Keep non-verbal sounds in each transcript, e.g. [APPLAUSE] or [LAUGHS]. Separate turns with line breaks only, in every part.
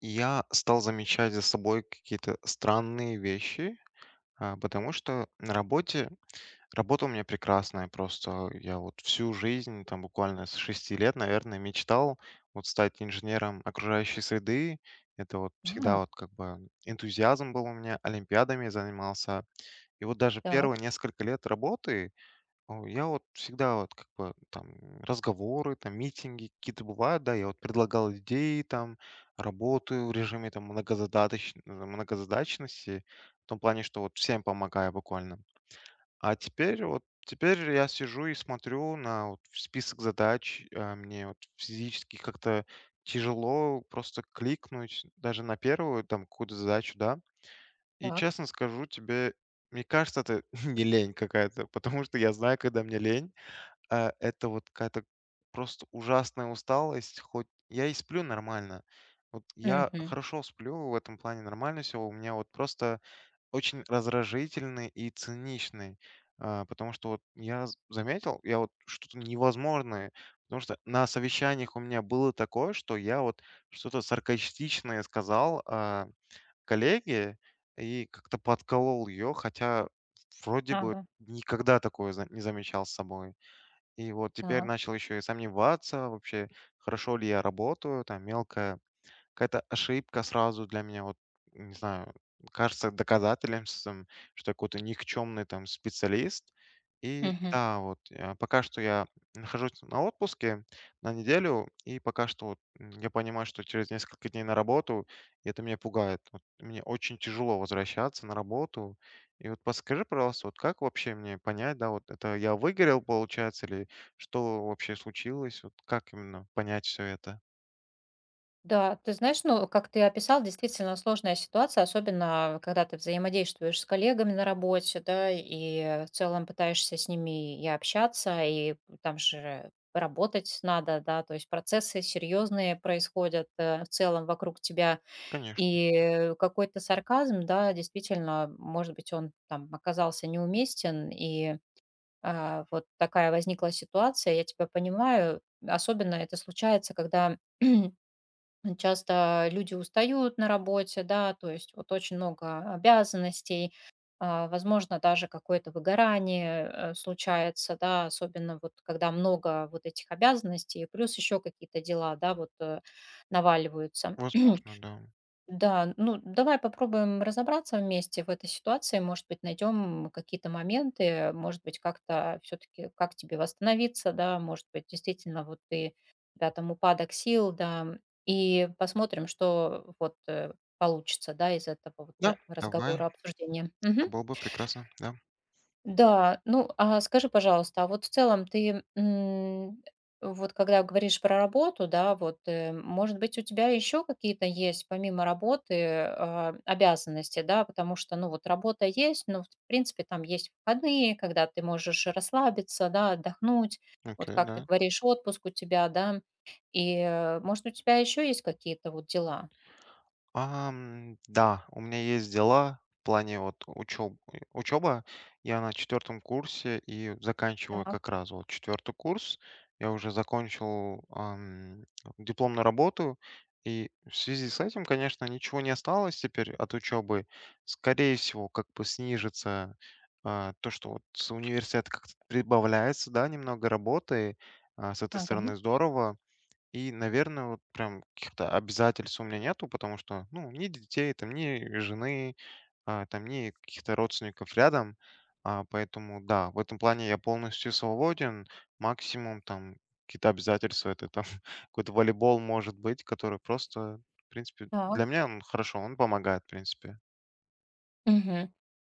Я стал замечать за собой какие-то странные вещи, потому что на работе работа у меня прекрасная. Просто я вот всю жизнь, там буквально с 6 лет, наверное, мечтал вот стать инженером окружающей среды. Это вот
А,
всегда вот как бы энтузиазм был у меня, олимпиадами занимался. И вот даже
так,
первые несколько лет работы я вот всегда вот как бы там разговоры, там митинги какие-то бывают, да, я вот предлагал идеи, там работаю в режиме там многозадачности, в том плане, что вот всем помогаю буквально. А теперь я сижу и смотрю на вот список задач, мне вот физически как-то тяжело просто кликнуть даже на первую там какую-то задачу, да. И
так.
честно скажу тебе, мне кажется, это [LAUGHS] не лень какая-то, потому что я знаю, когда мне лень, это вот какая-то просто ужасная усталость. Хоть я и сплю нормально. Вот я
Мгм.
хорошо сплю, в этом плане нормально все. У меня вот просто очень раздражительный и циничный. Потому что вот я з заметил, я вот что-то невозможное. Потому что на совещаниях у меня было такое, что я вот что-то саркастичное сказал, коллеге и как-то подколол ее, хотя вроде бы
Ага,
никогда такое за не замечал с собой. И вот теперь
так.
начал еще и сомневаться вообще, хорошо ли я работаю, там мелкая какая-то ошибка сразу для меня, вот, не знаю, кажется доказательством, что я какой-то никчемный там специалист. И
Мгм.
да, вот пока что я нахожусь на отпуске на неделю, и пока что вот, я понимаю, что через несколько дней на работу, и это меня пугает. Вот мне очень тяжело возвращаться на работу. И вот подскажи, пожалуйста, вот как вообще мне понять, да, вот это я выгорел, получается, или что вообще случилось, вот как именно понять все это?
Да, ты знаешь, ну, как ты описал, действительно сложная ситуация, особенно когда ты взаимодействуешь с коллегами на работе, да, и в целом пытаешься с ними и общаться, и там же работать надо, да, то есть процессы серьезные происходят в целом вокруг тебя,
Конечно,
и какой-то сарказм, да, действительно, может быть, он там оказался неуместен, и вот такая возникла ситуация, я тебя понимаю. Особенно это случается, когда [CLEARS THROAT] часто люди устают на работе, да, то есть вот очень много обязанностей, возможно, даже какое-то выгорание случается, да, особенно вот когда много вот этих обязанностей, плюс еще какие-то дела, да, вот наваливаются.
возможно, да.
Да, ну давай попробуем разобраться вместе в этой ситуации. Может быть, найдем какие-то моменты, может быть, как-то все-таки, как тебе восстановиться, да, может быть, действительно, вот ты, да, там упадок сил, да, и посмотрим, что вот получится, да, из этого вот
Да, давай,
разговора, обсуждения.
это
Мгм.
было бы прекрасно, да.
Да, ну, а скажи, пожалуйста, а вот в целом ты, вот когда говоришь про работу, да, вот, может быть, у тебя еще какие-то есть помимо работы, обязанности, да, потому что, ну, вот работа есть, но, в принципе, там есть выходные, когда ты можешь расслабиться, да, отдохнуть, вот
Окей,
как ты
да.
говоришь, отпуск у тебя, да, и, может, у тебя еще есть какие-то вот дела?
Да, у меня есть дела в плане вот учеба. Я на четвертом курсе и заканчиваю
Так,
как раз вот четвертый курс. Я уже закончил дипломную работу, и в связи с этим, конечно, ничего не осталось теперь от учебы. Скорее всего, как бы снижится то, что вот с университета как-то прибавляется, да, немного работы. С этой
ага,
стороны здорово. И, наверное, вот прям каких-то обязательств у меня нету, потому что, ну, ни детей, там, ни жены, там, ни каких-то родственников рядом. Поэтому, да, в этом плане я полностью свободен. Максимум там какие-то обязательства, это там [LAUGHS] какой-то волейбол может быть, который просто, в принципе, для
так,
меня он хорошо, он помогает, в принципе.
мгм.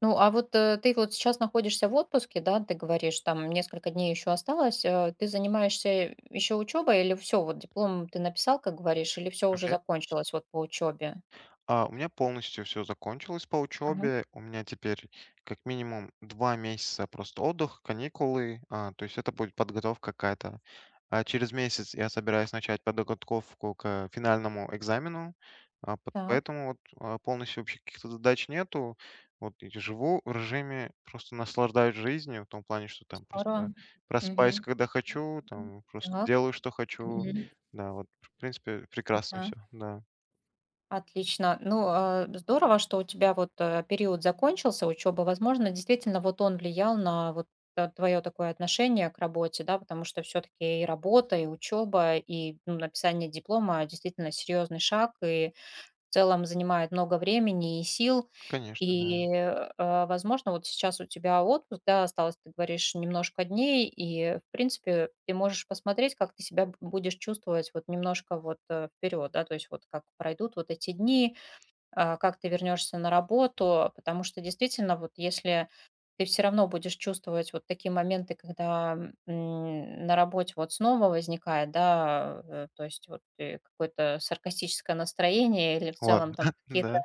Ну, а вот, ты вот сейчас находишься в отпуске, да, ты говоришь, там несколько дней еще осталось. Ты занимаешься еще учебой или все вот диплом ты написал, как говоришь, или все уже
Окей.
закончилось вот по учебе?
У меня полностью все закончилось по
Ага,
учебе. У меня теперь как минимум 2 месяца просто отдых, каникулы. То есть это будет подготовка какая-то. А через месяц я собираюсь начать подготовку к финальному экзамену, а, пот
так,
поэтому вот, полностью вообще каких-то задач нету. Вот и живу в режиме, просто наслаждаюсь жизнью в том плане, что там просто
здорово.
просыпаюсь,
Мгм.
когда хочу, там просто
Так.
делаю, что хочу.
Мгм.
Да, вот, в принципе, прекрасно
Ага.
все. Да,
Отлично. Ну, здорово, что у тебя вот период закончился, учеба. Возможно, действительно, вот он влиял на вот твое такое отношение к работе, да, потому что все-таки и работа, и учеба, и ну, написание диплома действительно серьезный шаг, и в целом занимает много времени и сил.
конечно, да.
И, возможно, вот сейчас у тебя отпуск, да, осталось, ты говоришь, немножко дней, и, в принципе, ты можешь посмотреть, как ты себя будешь чувствовать вот немножко вот вперед, да, то есть вот как пройдут вот эти дни, как ты вернешься на работу, потому что действительно, вот если ты все равно будешь чувствовать вот такие моменты, когда на работе вот снова возникает, да, то есть вот какое-то саркастическое настроение или в целом
Ладно,
там
[LAUGHS]
какие-то
да.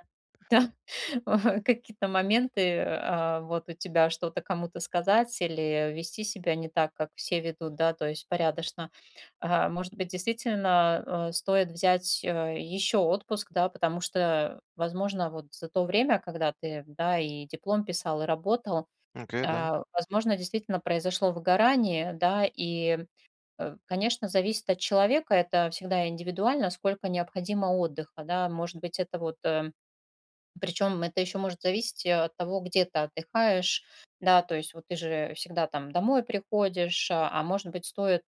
[LAUGHS] [LAUGHS] Какие-то моменты, вот у тебя что-то кому-то сказать или вести себя не так, как все ведут, да, то есть порядочно. Может быть, действительно стоит взять еще отпуск, да, потому что, возможно, вот за то время, когда ты, да, и диплом писал, и работал,
Окей, да,
возможно, действительно произошло выгорание, да, и, конечно, зависит от человека, это всегда индивидуально, сколько необходимо отдыха, да, может быть, это вот причем это еще может зависеть от того, где ты отдыхаешь, да, то есть вот ты же всегда там домой приходишь, а может быть стоит,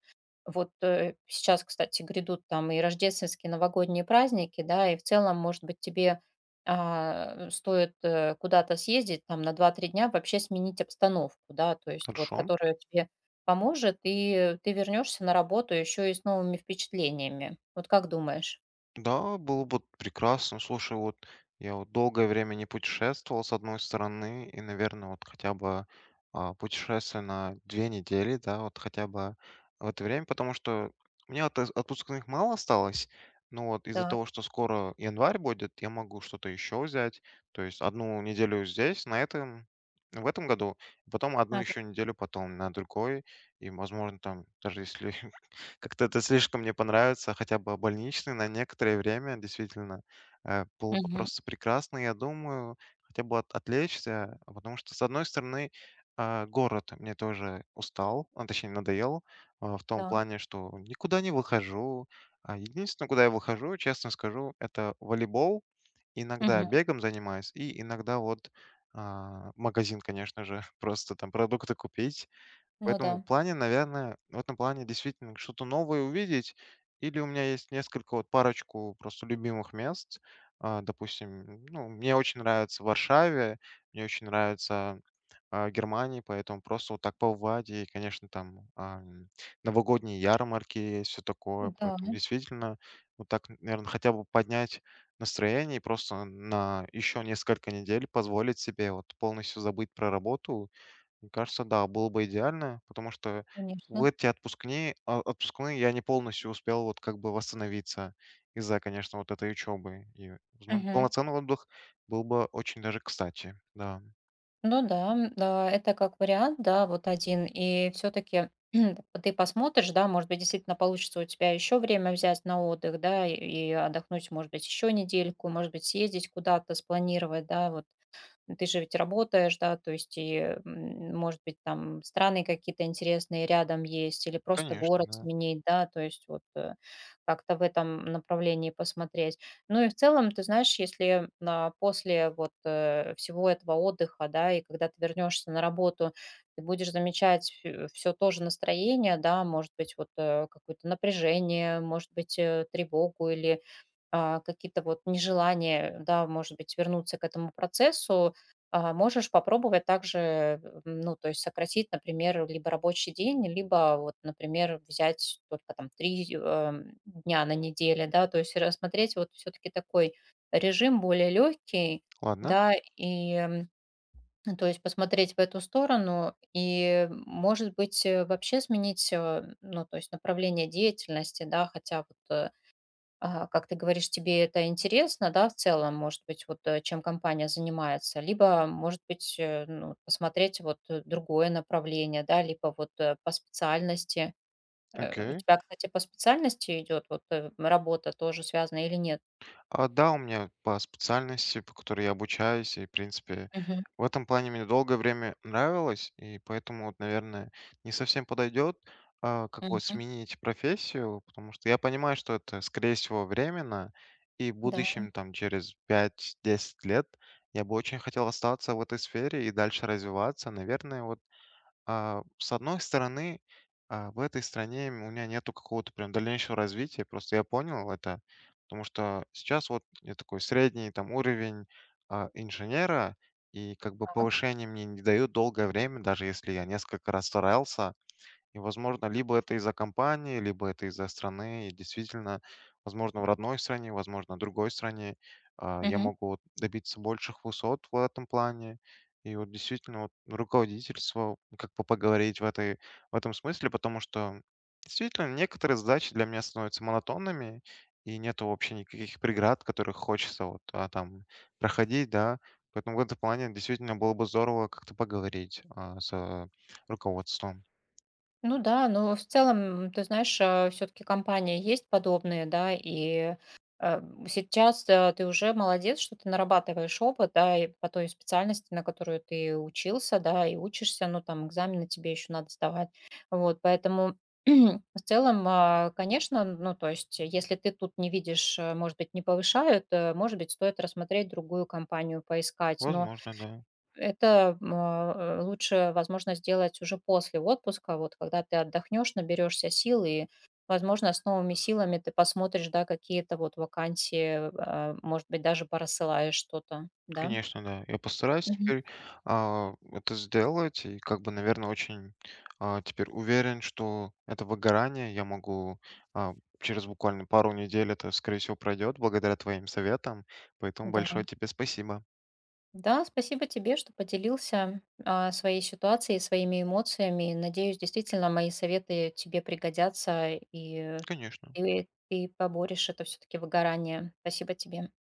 вот сейчас, кстати, грядут там и рождественские, новогодние праздники, да, и в целом, может быть, тебе стоит куда-то съездить там на 2–3 дня, вообще сменить обстановку, да, то есть вот,
хорошо.
которая тебе поможет, и ты вернешься на работу еще и с новыми впечатлениями. Вот как думаешь?
Да, было бы прекрасно. Слушай, вот я вот долгое время не путешествовал, с одной стороны, и, наверное, вот хотя бы путешествие на 2 недели, да, вот хотя бы в это время, потому что у меня отпускных мало осталось, но вот из-за
Так,
того, что скоро январь будет, я могу что-то еще взять, то есть одну неделю здесь, на этом, в этом году, потом одну
ага.
еще неделю потом на другой, и, возможно, там, даже если как-то это слишком мне понравится, хотя бы больничный на некоторое время, действительно. Было бы
Мгм.
просто прекрасно, я думаю, хотя бы от отвлечься, потому что, с одной стороны, город мне тоже устал, точнее, надоел, в том
Так.
плане, что никуда не выхожу. Единственное, куда я выхожу, честно скажу, это волейбол. Иногда
Мгм.
бегом занимаюсь и иногда вот магазин, конечно же, [LAUGHS] просто там продукты купить. В
Ну да.
этом плане, наверное, в этом плане действительно что-то новое увидеть. Или у меня есть несколько, вот парочку просто любимых мест. Допустим, ну, мне очень нравится в Варшаве, мне очень нравится Германии, поэтому просто вот так побывать. И, конечно, там новогодние ярмарки есть, все такое.
Да,
Поэтому действительно вот так, наверное, хотя бы поднять настроение и просто на еще несколько недель позволить себе вот полностью забыть про работу, мне кажется, да, было бы идеально, потому что в
конечно.
эти отпускные я не полностью успел вот как бы восстановиться из-за, конечно, вот этой учебы. И, возможно,
Мгм.
полноценный отдых был бы очень даже кстати. Да,
Ну да, да, это как вариант, да, вот один. И все-таки [CLEARS THROAT] ты посмотришь, да, может быть, действительно получится у тебя еще время взять на отдых, да, и отдохнуть, может быть, еще недельку, может быть, съездить куда-то, спланировать, да, вот. Ну, ты же ведь работаешь, да, то есть и, может быть, там страны какие-то интересные рядом есть или просто
конечно,
город
да.
сменить, да, то есть вот как-то в этом направлении посмотреть. Ну и в целом, ты знаешь, если после вот всего этого отдыха, да, и когда ты вернешься на работу, ты будешь замечать все то же настроение, да, может быть, вот какое-то напряжение, может быть, тревогу или какие-то вот нежелания, да, может быть, вернуться к этому процессу, можешь попробовать также, ну, то есть сократить, например, либо рабочий день, либо вот, например, взять только там 3 дня на неделе, да, то есть рассмотреть вот все-таки такой режим более легкий,
Ладно,
да, и ну, то есть посмотреть в эту сторону и, может быть, вообще сменить, ну, то есть направление деятельности, да, хотя вот как ты говоришь, тебе это интересно, да, в целом, может быть, вот чем компания занимается, либо, может быть, ну, посмотреть вот другое направление, да, либо вот по специальности. У
окей.
тебя, кстати, по специальности идет вот работа тоже связана или нет?
Да, у меня по специальности, по которой я обучаюсь, и, в принципе,
Мгм.
в этом плане мне долгое время нравилось, и поэтому, вот, наверное, не совсем подойдет, как вот
Мгм.
сменить профессию, потому что я понимаю, что это, скорее всего, временно, и в
Да.
будущем, там, через 5-10 лет я бы очень хотел остаться в этой сфере и дальше развиваться. Наверное, вот с одной стороны, в этой стране у меня нету какого-то прям дальнейшего развития. Просто я понял это, потому что сейчас вот я такой средний там уровень инженера, и как бы повышение мне не дают долгое время, даже если я несколько раз старался. И, возможно, либо это из-за компании, либо это из-за страны. И действительно, возможно, в родной стране, возможно, в другой стране я
Мгм.
могу вот добиться больших высот в этом плане. И вот действительно вот руководительство, как бы поговорить в этом смысле, потому что действительно некоторые задачи для меня становятся монотонными, и нету вообще никаких преград, которых хочется вот там проходить, да. Поэтому в этом плане действительно было бы здорово как-то поговорить с руководством.
Ну да, но в целом, ты знаешь, все-таки компания есть подобные, да, и э, сейчас ты уже молодец, что ты нарабатываешь опыт, да, и по той специальности, на которую ты учился, да, и учишься, ну там экзамены тебе еще надо сдавать, вот, поэтому [CLEARS THROAT] в целом, конечно, ну то есть, если ты тут не видишь, может быть, не повышают, может быть, стоит рассмотреть другую компанию, поискать, но
Возможно, да.
это, лучше, возможно, сделать уже после отпуска, вот когда ты отдохнешь, наберешься сил и, возможно, с новыми силами ты посмотришь, да, какие-то вот вакансии, может быть, даже порассылаешь что-то, да?
Конечно, да. Я постараюсь
Мгм.
теперь это сделать. И как бы, наверное, очень теперь уверен, что это выгорание я могу а, через буквально пару недель это, скорее всего, пройдет благодаря твоим советам. Поэтому
Да.
большое тебе спасибо.
Да, спасибо тебе, что поделился, своей ситуацией, своими эмоциями. Надеюсь, действительно, мои советы тебе пригодятся, и, э,
Конечно.
и ты поборешь это все-таки выгорание. Спасибо тебе.